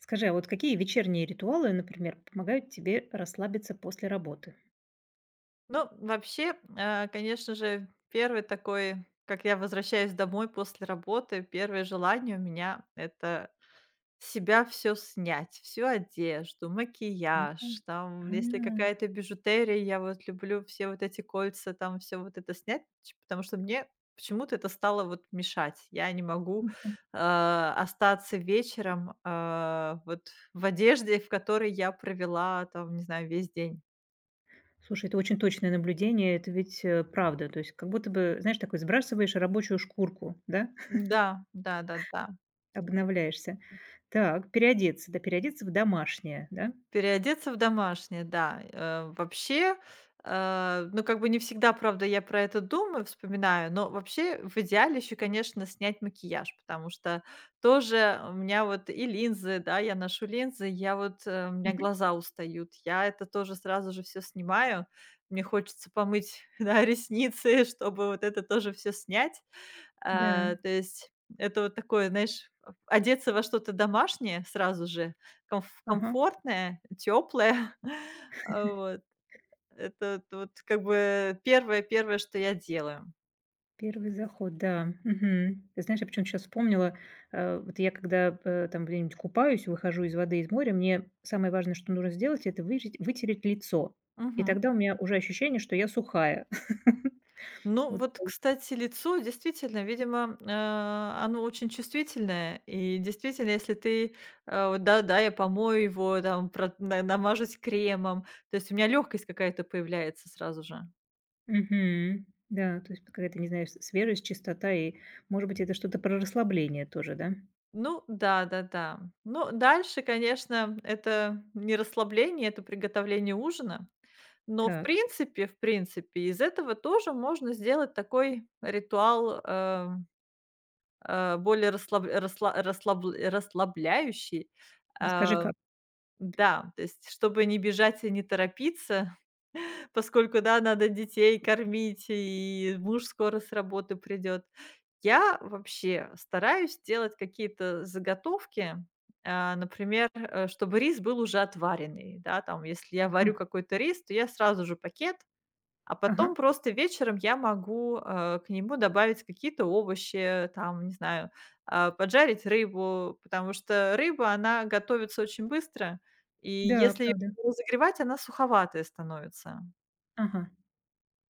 Скажи, а вот какие вечерние ритуалы, например, помогают тебе расслабиться после работы? Ну, вообще, конечно же, первый такой, как я возвращаюсь домой после работы, первое желание у меня- это с себя все снять, всю одежду, Ага. макияж, там, А. если какая-то бижутерия, я вот люблю все вот эти кольца, там, все вот это снять, ч потому что мне почему-то это стало вот мешать. Я не могу, Мгм. Остаться вечером, вот в одежде, в которой я провела, там, не знаю, весь день. Слушай, это очень точное наблюдение, это ведь правда. То есть как будто бы, знаешь, такой сбрасываешь рабочую шкурку, да, Да, да-да-да. обновляешься. Так, переодеться, да, переодеться в домашнее, да? Переодеться в домашнее, да. Вообще, ну, как бы не всегда, правда, я про это думаю, вспоминаю, но вообще в идеале еще, конечно, снять макияж, потому что тоже у меня вот и линзы, да, я ношу линзы, я вот, у меня Мгм. глаза устают, я это тоже сразу же все снимаю, мне хочется помыть, да, ресницы, чтобы вот это тоже все снять. Да, А, то есть это вот такое, знаешь, одеться во что-то домашнее сразу же, ага. комфортное, теплое. вот. Это вот как бы первое, что я делаю. Первый заход, да. Мгм. Ты знаешь, я почему-то щас вспомнила, вот я когда, там где-нибудь купаюсь, выхожу из воды, из моря, мне самое важное, что нужно сделать — это вытереть лицо. И Мгм. тогда у меня уже ощущение, что я сухая. Ну Вот. вот, кстати, лицо действительно, видимо, оно очень чувствительное. И действительно, если ты, вот да-да, я помою его, там, прот на намажусь кремом, то есть у меня легкость какая-то появляется сразу же. Мгм. Да, то есть какая-то, не знаю, с свежесть, чистота и, может быть, это что-то про расслабление тоже, да? Ну да, да-да. Ну, дальше, конечно, это не расслабление, это приготовление ужина. Но в Так, принципе в принципе из этого тоже можно сделать такой ритуал, более расслабляющий. расскажи, Э, как. да, то есть чтобы не бежать и не торопиться. Поскольку, да, надо детей кормить, и муж скоро с работы придет. Я вообще стараюсь делать какие-то заготовки, например, чтобы рис был уже отваренный, да, там, если я варю А, какой-то рис, то я сразу же пакет, а ага. потом просто вечером я могу, к нему добавить какие-то овощи, там, не знаю, поджарить рыбу, потому что рыба, она готовится очень быстро, и Да, если ее правда. разогревать, она суховатая становится. Ага.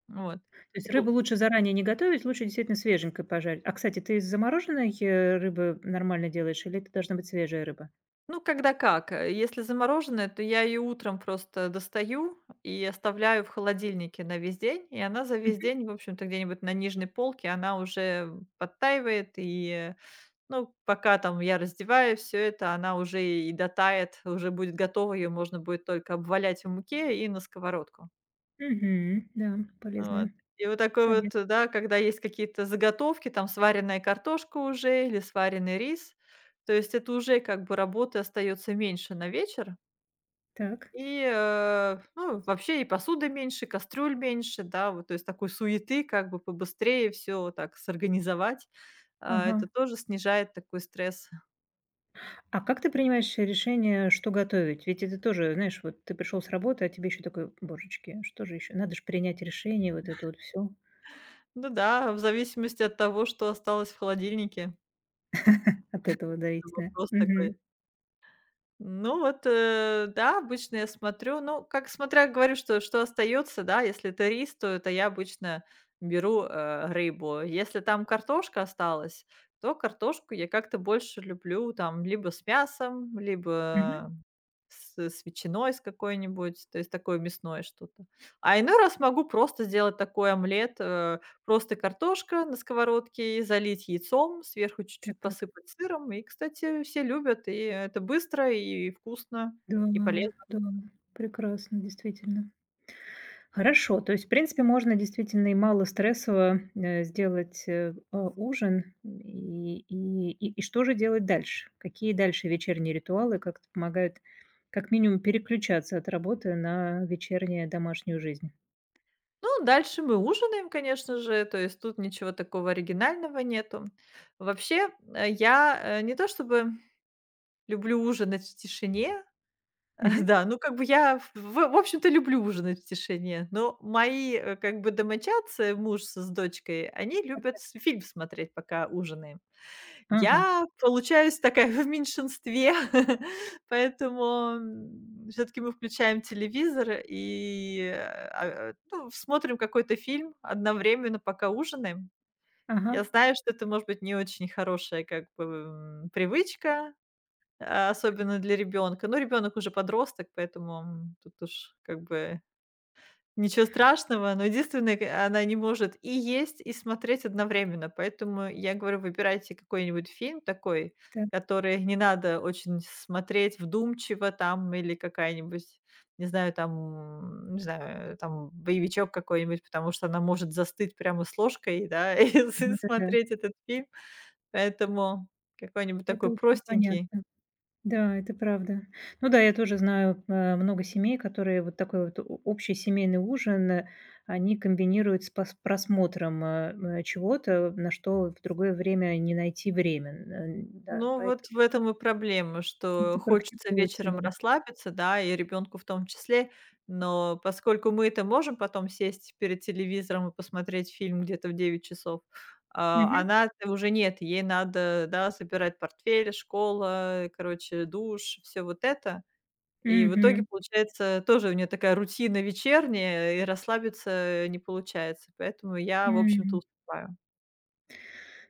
Вот. То есть И рыбу пол лучше заранее не готовить, лучше действительно свеженькой пожарить. А, кстати, ты из замороженной, рыбы нормально делаешь или это должна быть свежая рыба? ну, когда как. Если замороженная, то я ее утром просто достаю и оставляю в холодильнике на весь день, и она за весь Мгм. день, в общем-то, где-нибудь на нижней полке, она уже подтаивает, и, ну, пока там я раздеваю все это, она уже и дотает, уже будет готова, ее можно будет только обвалять в муке и на сковородку. Да, Вот. полезная И вот такой совет. вот, да, когда есть какие-то заготовки, там сваренная картошка уже или сваренный рис, то есть это уже как бы работы остается меньше на вечер. Так. И, ну, вообще и посуды меньше, кастрюль меньше, да, вот, то есть такой суеты, как бы побыстрее все так сорганизовать. Ага. Это тоже снижает такой стресс. А как ты принимаешь решение, что готовить? Ведь это тоже, знаешь, вот ты пришел с работы, а тебе еще такой: "Божечки, что же еще? Надо же принять решение". Вот это вот все Ну да, в зависимости от того, что осталось в холодильнике. от этого зависит, Тоже да. вопрос Мгм. такой. Ну вот, да, обычно я смотрю, ну, как смотря, говорю, что остается, да, если это рис, то это я обычно беру, рыбу. Если там картошка осталась, то картошку я как-то больше люблю там либо с мясом, Мгм. либо с, с ветчиной с какой-нибудь, то есть такое мясное что-то. А иной раз могу просто сделать такой омлет, просто картошка на сковородке, и залить яйцом, сверху Так чуть-чуть так. посыпать сыром. И, кстати, все любят, и это быстро, и вкусно, Да, и полезно. да. Прекрасно, действительно. Хорошо, то есть, в принципе, можно действительно и мало стрессово, сделать, ужин. И что же делать дальше? Какие дальше вечерние ритуалы как-то помогают, как минимум, переключаться от работы на вечернюю домашнюю жизнь? Ну, дальше мы ужинаем, конечно же, то есть тут ничего такого оригинального нету. Вообще, я, не то чтобы люблю ужинать в тишине, Мгм. да, ну, как бы я, в общем-то, люблю ужинать в тишине, но мои, как бы домочадцы, муж с дочкой, они Так любят так. с фильм смотреть, пока ужинаем. Ага. Я получаюсь такая в меньшинстве, поэтому, все таки мы включаем телевизор и, ну, смотрим какой-то фильм одновременно, пока ужинаем. Ага. Я знаю, что это может быть не очень хорошая как бы, привычка, особенно для ребенка. Но ребенок уже подросток, поэтому, тут уж как бы ничего страшного, но единственное, к она не может и есть, и смотреть одновременно. Поэтому я говорю, выбирайте какой-нибудь фильм такой, Так. который не надо очень смотреть вдумчиво там или какая-нибудь, не знаю, там, не знаю, там боевичок какой-нибудь, потому что она может застыть прямо с ложкой, да, и Да-да-да. смотреть этот фильм. Поэтому какой-нибудь Это такой очень простенький. понятно. Да, это правда. Ну да, я тоже знаю, много семей, которые вот такой вот о общий семейный ужин, они комбинируют с пос просмотром, чего-то, на что в другое время не найти время. Н Да, Ну, вот поэтому в этом и проблема, это что хочется практикуется, да. вечером расслабиться, да, и ребенку в том числе. Но поскольку мы это можем потом сесть перед телевизором и посмотреть фильм где-то в 9 часов, Мгм. она-то уже нет, ей надо, да, собирать портфель, школа, короче, душ, все вот это. И в итоге Мгм. получается тоже у нее такая рутина вечерняя, и расслабиться не получается. Поэтому я, в общем-то, М. уступаю.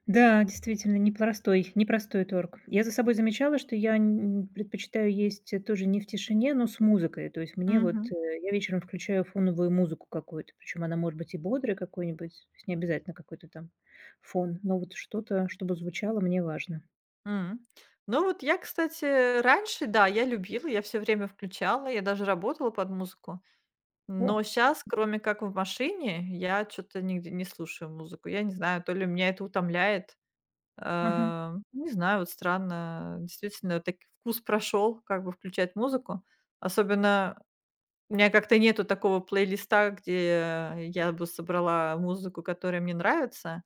Да, действительно, непростой непростой торг. Я за собой замечала, что я н предпочитаю есть, тоже не в тишине, но с музыкой. То есть мне вот, я вечером включаю фоновую музыку какую-то, причем она может быть и бодрой какой-нибудь, то есть не обязательно какой-то там фон, но вот что-то, чтобы звучало, мне важно. М. Ну вот я, кстати, раньше, да, я любила, я все время включала, я даже работала под музыку. О, Но сейчас, кроме как в машине, я что то нигде не слушаю музыку. Я не знаю, то ли меня это утомляет, ага, не знаю, вот странно. Действительно, так вкус прошел, как бы включать музыку. Особенно у меня как-то нету такого плейлиста, где я бы собрала музыку, которая мне нравится.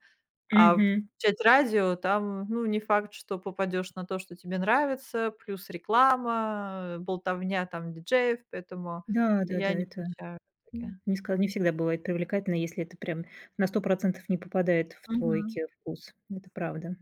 А мгм. включать радио, там, ну, не факт, что попадешь на то, что тебе нравится, плюс реклама, болтовня там диджеев, поэтому я Да-да-да, не это, включаю таки. Не всегда бывает привлекательно, если это прям на 100% не попадает в твой Мгм. ке вкус. Это правда.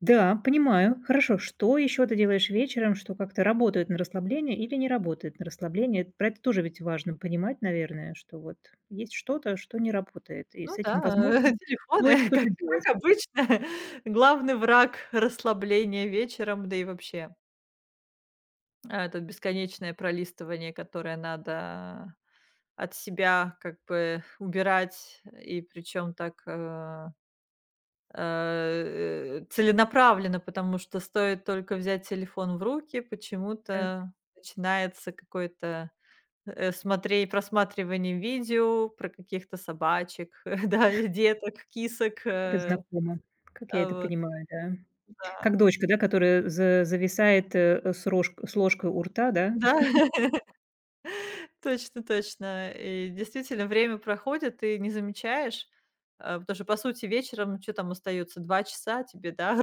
Да, понимаю. Хорошо, что еще ты делаешь вечером, что как-то работает на расслабление или не работает на расслабление? Про это тоже ведь важно понимать, наверное, что вот есть что-то, что не работает, и с Ну да, этим, возможно, будет телефоны, что-то как делать. как обычно, главный враг расслабления вечером, да и вообще, это бесконечное пролистывание, которое надо от себя как бы убирать, и причем так, целенаправленно, потому что стоит только взять телефон в руки, Так, почему-то начинается какое-то, э, смотре просматривание видео про каких-то собачек, да, деток, кисок, как это знакомо. Как я это вот, понимаю, да. да. Как дочка, да, которая зависает с ложкой у рта, да? Да, точно. И действительно, время проходит, и не замечаешь, потому что, по сути, вечером что там остается 2 часа тебе, да,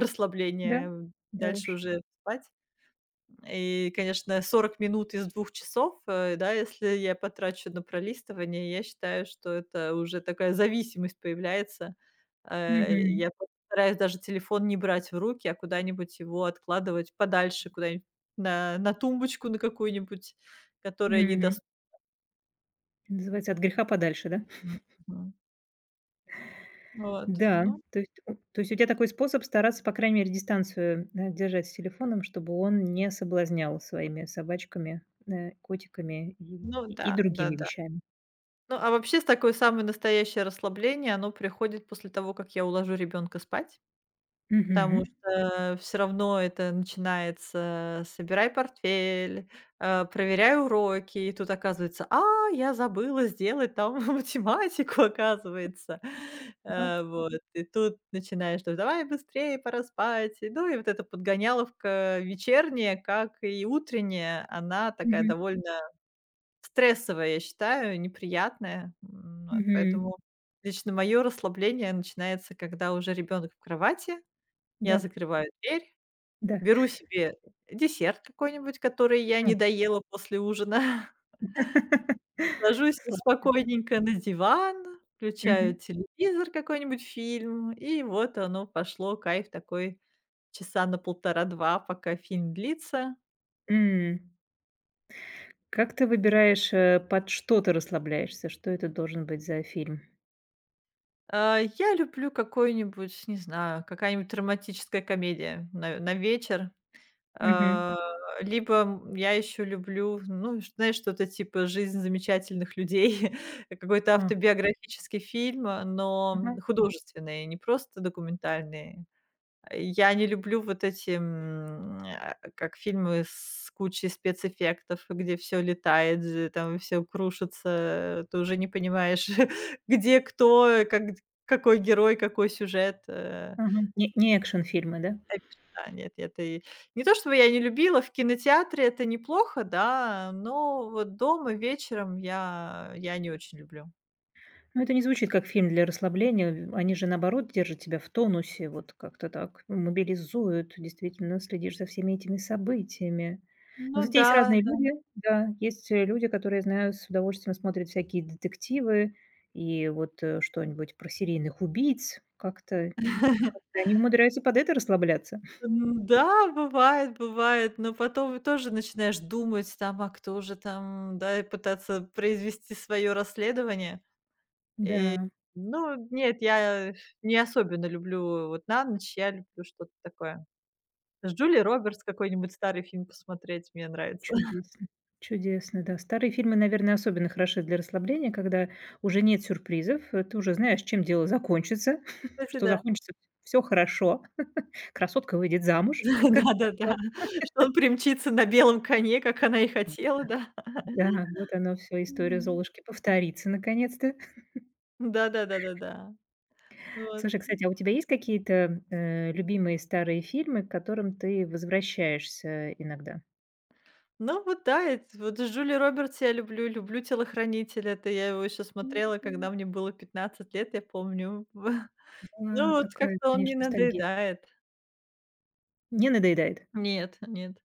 Да, расслабления, да уж. дальше уже спать. И, конечно, 40 минут из 2 часов, да, если я потрачу на пролистывание, я считаю, что это уже такая зависимость появляется. Мгм. Я просто стараюсь даже телефон не брать в руки, а куда-нибудь его откладывать подальше, куда-нибудь на тумбочку на какую-нибудь, которая Мгм. недоступна. Называется «От греха подальше», да? Мгм. Вот, Да, ну то есть у тебя такой способ стараться, по крайней мере, дистанцию, держать с телефоном, чтобы он не соблазнял своими собачками, котиками и ну и и да, другими да-да. вещами. Ну, а вообще такое самое настоящее расслабление, оно приходит после того, как я уложу ребенка спать. Потому Мгм. что все равно это начинается: "Собирай портфель, проверяй уроки". И тут оказывается: "А, я забыла сделать там математику, оказывается". А, Вот. И тут начинаешь, что: "Давай быстрее, пора спать". И, ну, и вот эта подгоняловка вечерняя, как и утренняя, она такая мгм, довольно стрессовая, я считаю, неприятная. Вот мгм. поэтому лично мое расслабление начинается, когда уже ребенок в кровати, я Да, закрываю дверь, да. беру себе десерт какой-нибудь, который я А. не доела после ужина, ложусь Сладко. спокойненько на диван, включаю Мгм. телевизор, какой-нибудь фильм, и вот оно пошло, кайф такой часа на полтора-два, пока фильм длится. М. Как ты выбираешь, под что ты расслабляешься? Что это должен быть за фильм? Я люблю какой-нибудь, не знаю, какая-нибудь романтическая комедия на вечер. Мгм. А, либо, я еще люблю, ну, ш знаешь, что-то типа "Жизнь замечательных людей", какой-то А, автобиографический фильм, но ага, художественный, не просто документальный. Я не люблю вот эти, как фильмы с кучей спецэффектов, где все летает, з там все крушится, ты уже не понимаешь, где кто, как какой герой, какой сюжет, ага. Не фильмы, да? экшен, да, нет, это и не то чтобы я не любила, в кинотеатре это неплохо, да, но вот дома вечером я не очень люблю. Ну, это не звучит как фильм для расслабления. Они же, наоборот, держат тебя в тонусе, вот как-то так. Ну, мобилизуют. Действительно, следишь за всеми этими событиями. Ну, Ну кстати, есть да, разные люди, да. Есть, люди, которые, я знаю, с удовольствием смотрят всякие детективы и вот, что-нибудь про серийных убийц. Как-то, как-то они умудряются под это расслабляться. Да, бывает, бывает, но потом тоже начинаешь думать там, а кто же там, да, и пытаться произвести свое расследование. Да. Ну нет, я не особенно люблю вот на ночь, я люблю что-то такое. С Джулией Робертс какой-нибудь старый фильм посмотреть, мне нравится. Чудесно, чудесно, да. Старые фильмы, наверное, особенно хороши для расслабления, когда уже нет сюрпризов, ты уже знаешь, чем дело закончится, Кстати, что да. закончится все хорошо, красотка выйдет замуж, в конце Да-да-да, концов. что он примчится на белом коне, как она и хотела, да. Да, вот оно все, история Мгм. Золушки повторится наконец-то. Да-да-да-да-да. Вот. Слушай, кстати, а у тебя есть какие-то, любимые старые фильмы, к которым ты возвращаешься иногда? Ну вот да, эт вот Джулии Робертс я люблю, люблю "Телохранителя". Это я его еще смотрела, М, когда мне было 15 лет, я помню. Ну Да, вот такая, как-то он не конечно, ностальгия. надоедает. Не надоедает. Нет, нет.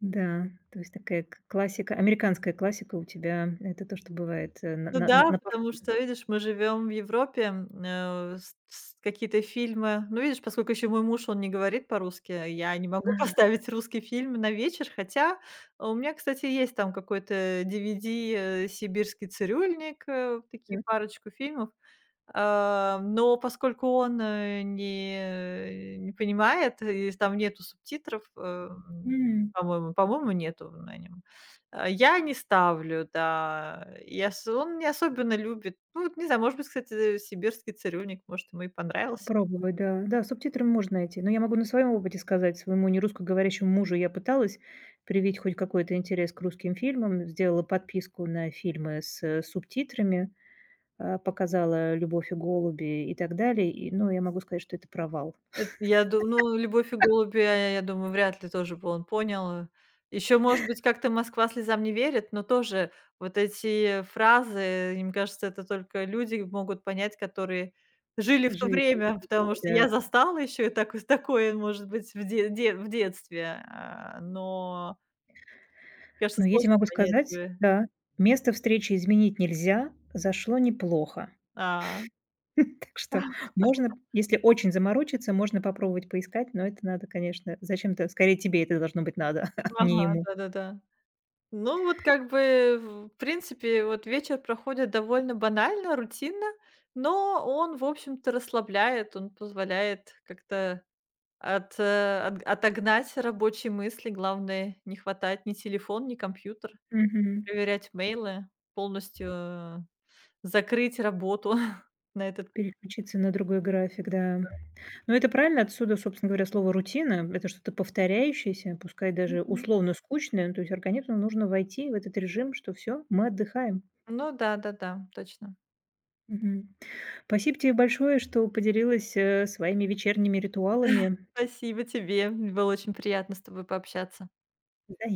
Да, то есть такая к классика, американская классика у тебя. Это то, что бывает, э, Ну да, на пов потому что, видишь, мы живем в Европе, м, э, с какие-то фильмы. Ну, видишь, поскольку еще мой муж, он не говорит по-русски, я не могу поставить русский фильм на вечер, хотя у меня, кстати, есть там какой-то DVD, "Сибирский цирюльник", вот такие Так, парочку фильмов. Но поскольку он, не не понимает и там нету субтитров, м, по-моему, нету на нем. Я не ставлю, да. И ос он не особенно любит. Ну, вот не знаю, может быть, кстати, сибирский цирюльник, может, ему и понравился. попробовать, да. Да, субтитры можно найти. Но я могу на своем опыте сказать, своему нерусскоговорящему мужу я пыталась привить хоть какой-то интерес к русским фильмам, сделала подписку на фильмы с, субтитрами, показала "Любовь и голуби" и так далее. И, ну, я могу сказать, что это провал. Это я думаю, ну, "Любовь и голуби", я думаю, вряд ли тоже бы он понял. Еще, может быть, как-то "Москва слезам не верит", но тоже вот эти фразы, им кажется, это только люди могут понять, которые жили в то Жизнь время, такой, потому что да. я застала еще и так вот такое, может быть, в де де в детстве, но, кажется, Но я тебе сложно могу понять, сказать, да, место встречи изменить нельзя, зашло неплохо. а. Так что можно, если очень заморочиться, можно попробовать поискать, но это надо, конечно, зачем-то, скорее тебе это должно быть надо, а не Ага, ему. да-да-да. Ну, вот как бы, в принципе, вот вечер проходит довольно банально, рутинно, но он, в общем-то, расслабляет, он позволяет как-то от отогнать рабочие мысли. Главное, не хватать ни телефон, ни компьютер, Мгм. проверять мейлы, полностью, закрыть работу на этот период. Переключиться на другой график, да. Но это правильно, отсюда, собственно говоря, слово рутина. Это что-то повторяющееся, пускай даже Мгм. условно скучное. Ну, то есть организму нужно войти в этот режим, что все, мы отдыхаем. Ну да-да-да, точно. Мгм. Спасибо тебе большое, что поделилась, своими вечерними ритуалами. Спасибо тебе, было очень приятно с тобой пообщаться. Да